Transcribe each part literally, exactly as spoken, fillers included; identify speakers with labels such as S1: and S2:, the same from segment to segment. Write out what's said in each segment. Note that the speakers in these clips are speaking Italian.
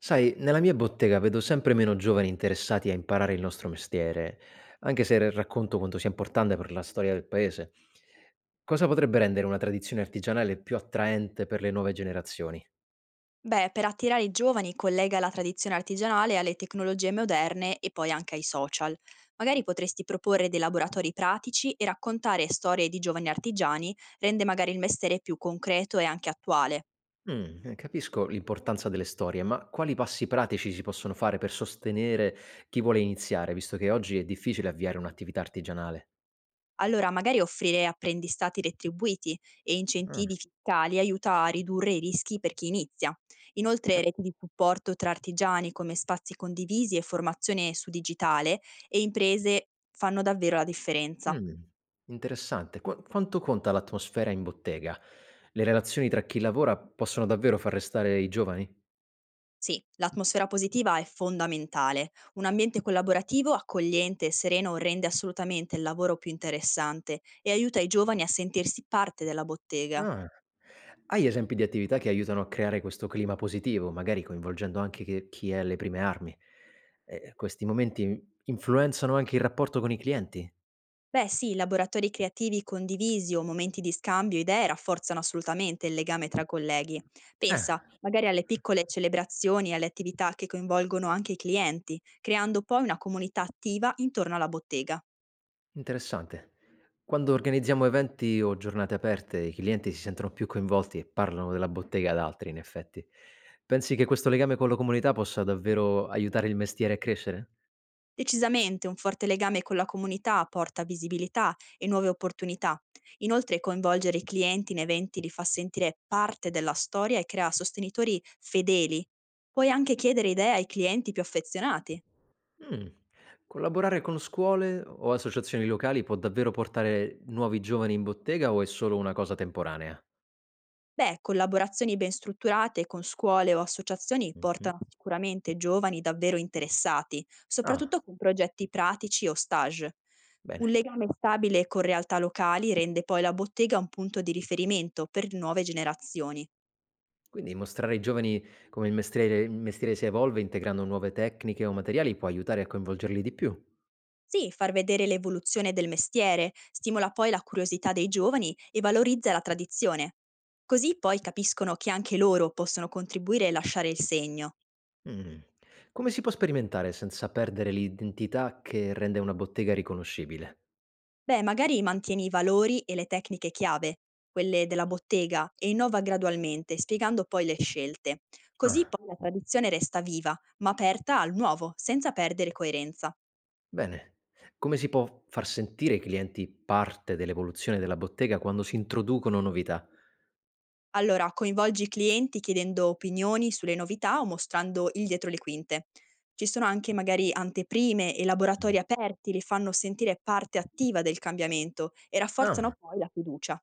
S1: Sai, nella mia bottega vedo sempre meno giovani interessati a imparare il nostro mestiere, anche se re- racconto quanto sia importante per la storia del paese. Cosa potrebbe rendere una tradizione artigianale più attraente per le nuove generazioni?
S2: Beh, per attirare i giovani collega la tradizione artigianale alle tecnologie moderne e poi anche ai social. Magari potresti proporre dei laboratori pratici e raccontare storie di giovani artigiani rende magari il mestiere più concreto e anche attuale.
S1: Mm, eh, capisco l'importanza delle storie, ma quali passi pratici si possono fare per sostenere chi vuole iniziare, visto che oggi è difficile avviare un'attività artigianale?
S2: Allora, magari offrire apprendistati retribuiti e
S1: Ah.
S2: incentivi fiscali aiuta a ridurre i rischi per chi inizia. Inoltre, reti di supporto tra artigiani come spazi condivisi e formazione su digitale e imprese fanno davvero la differenza.
S1: Mh, Interessante. Qua quanto conta l'atmosfera in bottega? Le relazioni tra chi lavora possono davvero far restare i giovani?
S2: Sì, l'atmosfera positiva è fondamentale. Un ambiente collaborativo, accogliente e sereno rende assolutamente il lavoro più interessante e aiuta i giovani a sentirsi parte della bottega.
S1: Ah. Hai esempi di attività che aiutano a creare questo clima positivo, magari coinvolgendo anche che chi è alle prime armi? Ehm, questi momenti influenzano anche il rapporto con i clienti?
S2: Beh sì, laboratori creativi condivisi o momenti di scambio idee rafforzano assolutamente il legame tra colleghi.
S1: Ah.
S2: Pensa magari alle piccole celebrazioni e alle attività che coinvolgono anche i clienti, creando poi una comunità attiva intorno alla bottega.
S1: Interessante. Quando organizziamo eventi o giornate aperte, i clienti si sentono più coinvolti e parlano della bottega ad altri, in effetti. Pensi che questo legame con la comunità possa davvero aiutare il mestiere a crescere?
S2: Decisamente un forte legame con la comunità porta visibilità e nuove opportunità. Inoltre coinvolgere i clienti in eventi li fa sentire parte della storia e crea sostenitori fedeli. Puoi anche chiedere idee ai clienti più affezionati.
S1: Mm. Collaborare con scuole o associazioni locali può davvero portare nuovi giovani in bottega o è solo una cosa temporanea?
S2: Beh, collaborazioni ben strutturate con scuole o associazioni
S1: Mhm.
S2: portano sicuramente giovani davvero interessati,
S1: Ah,
S2: soprattutto con progetti pratici o stage. Un
S1: bene.
S2: legame stabile con realtà locali rende poi la bottega un punto di riferimento per nuove generazioni.
S1: Quindi mostrare ai giovani come il mestiere, il mestiere si evolve integrando nuove tecniche o materiali può aiutare a coinvolgerli di più.
S2: Sì, far vedere l'evoluzione del mestiere stimola poi la curiosità dei giovani e valorizza la tradizione. Così poi capiscono che anche loro possono contribuire e lasciare il segno.
S1: Mh. Come si può sperimentare senza perdere l'identità che rende una bottega riconoscibile?
S2: Beh, magari mantieni i valori e le tecniche chiave, quelle della bottega, e innova gradualmente, spiegando poi le scelte. Così
S1: Ah.
S2: poi la tradizione resta viva, ma aperta al nuovo, senza perdere coerenza.
S1: Bene. Come si può far sentire i clienti parte dell'evoluzione della bottega quando si introducono novità?
S2: Allora, coinvolgi i clienti chiedendo opinioni sulle novità o mostrando il dietro le quinte. Ci sono anche magari anteprime e
S1: Mh.
S2: laboratori aperti, li fanno sentire parte attiva del cambiamento e
S1: Ah.
S2: rafforzano poi la fiducia.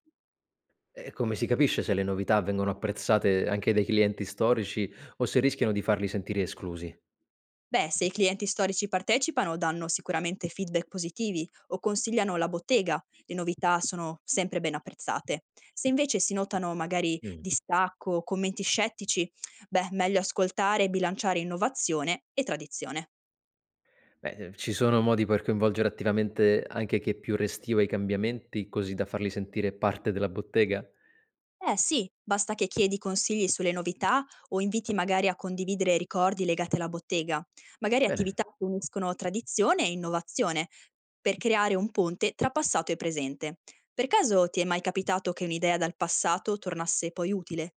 S1: E come si capisce se le novità vengono apprezzate anche dai clienti storici o se rischiano di farli sentire esclusi?
S2: Beh, se i clienti storici partecipano, danno sicuramente feedback positivi o consigliano la bottega, le novità sono sempre ben apprezzate. Se invece si notano magari
S1: Mh.
S2: distacco o commenti scettici, beh, meglio ascoltare e bilanciare innovazione e tradizione.
S1: Beh, eh, ci sono modi per coinvolgere attivamente anche chi è più restio ai cambiamenti, così da farli sentire parte della bottega?
S2: Eh sì, basta che chiedi consigli sulle novità o inviti magari a condividere ricordi legati alla bottega, magari
S1: Bene.
S2: attività che uniscono tradizione e innovazione, per creare un ponte tra passato e presente. Per caso ti è mai capitato che un'idea dal passato tornasse poi utile?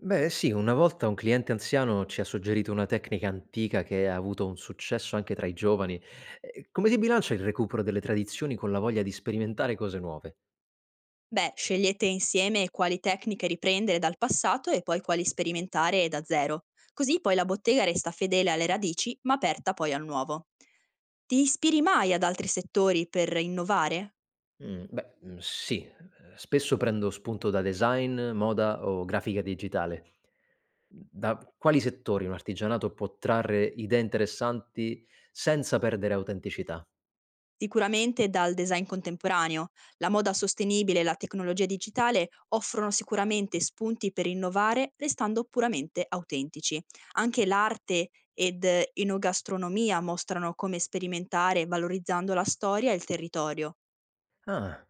S1: Beh, sì, una volta un cliente anziano ci ha suggerito una tecnica antica che ha avuto un successo anche tra i giovani. Eh, Come si bilancia il recupero delle tradizioni con la voglia di sperimentare cose nuove?
S2: Beh, scegliete insieme quali tecniche riprendere dal passato e poi quali sperimentare da zero. Così poi la bottega resta fedele alle radici, ma aperta poi al nuovo. Ti ispiri mai ad altri settori per innovare?
S1: Mm, beh, mm, sì, eh, spesso prendo spunto da design, moda o grafica digitale. Da quali settori un artigianato può trarre idee interessanti senza perdere autenticità?
S2: Sicuramente dal design contemporaneo. La moda sostenibile e la tecnologia digitale offrono sicuramente spunti per innovare restando puramente autentici. Anche l'arte ed eh, enogastronomia mostrano come sperimentare valorizzando la storia e il territorio.
S1: Ah,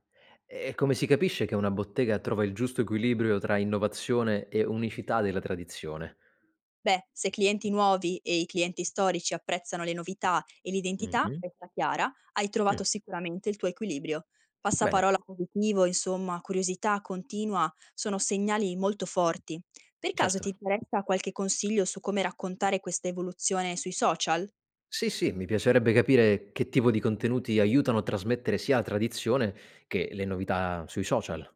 S1: e come si capisce che una bottega trova il giusto equilibrio tra innovazione e unicità della tradizione?
S2: Beh, se clienti nuovi e i clienti storici apprezzano le novità e l'identità,
S1: Mh-mh.
S2: questa chiara, hai trovato
S1: Mh.
S2: sicuramente il tuo equilibrio. Passaparola
S1: Bene,
S2: positivo, insomma, curiosità continua, sono segnali molto forti. Per caso ti
S1: certo.
S2: interessa qualche consiglio su come raccontare questa evoluzione sui social?
S1: Sì, sì, mi piacerebbe capire che tipo di contenuti aiutano a trasmettere sia la tradizione che le novità sui social.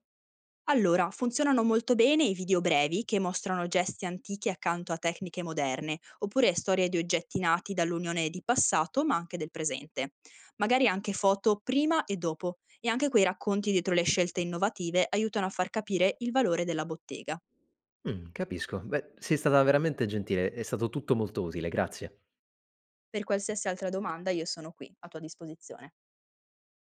S2: Allora, funzionano molto bene i video brevi che mostrano gesti antichi accanto a tecniche moderne, oppure storie di oggetti nati dall'unione di passato ma anche del presente. Magari anche foto prima e dopo, e anche quei racconti dietro le scelte innovative aiutano a far capire il valore della bottega.
S1: Mh, capisco. Beh, sei stata veramente gentile, è stato tutto molto utile, grazie.
S2: Per qualsiasi altra domanda io sono qui, a tua disposizione.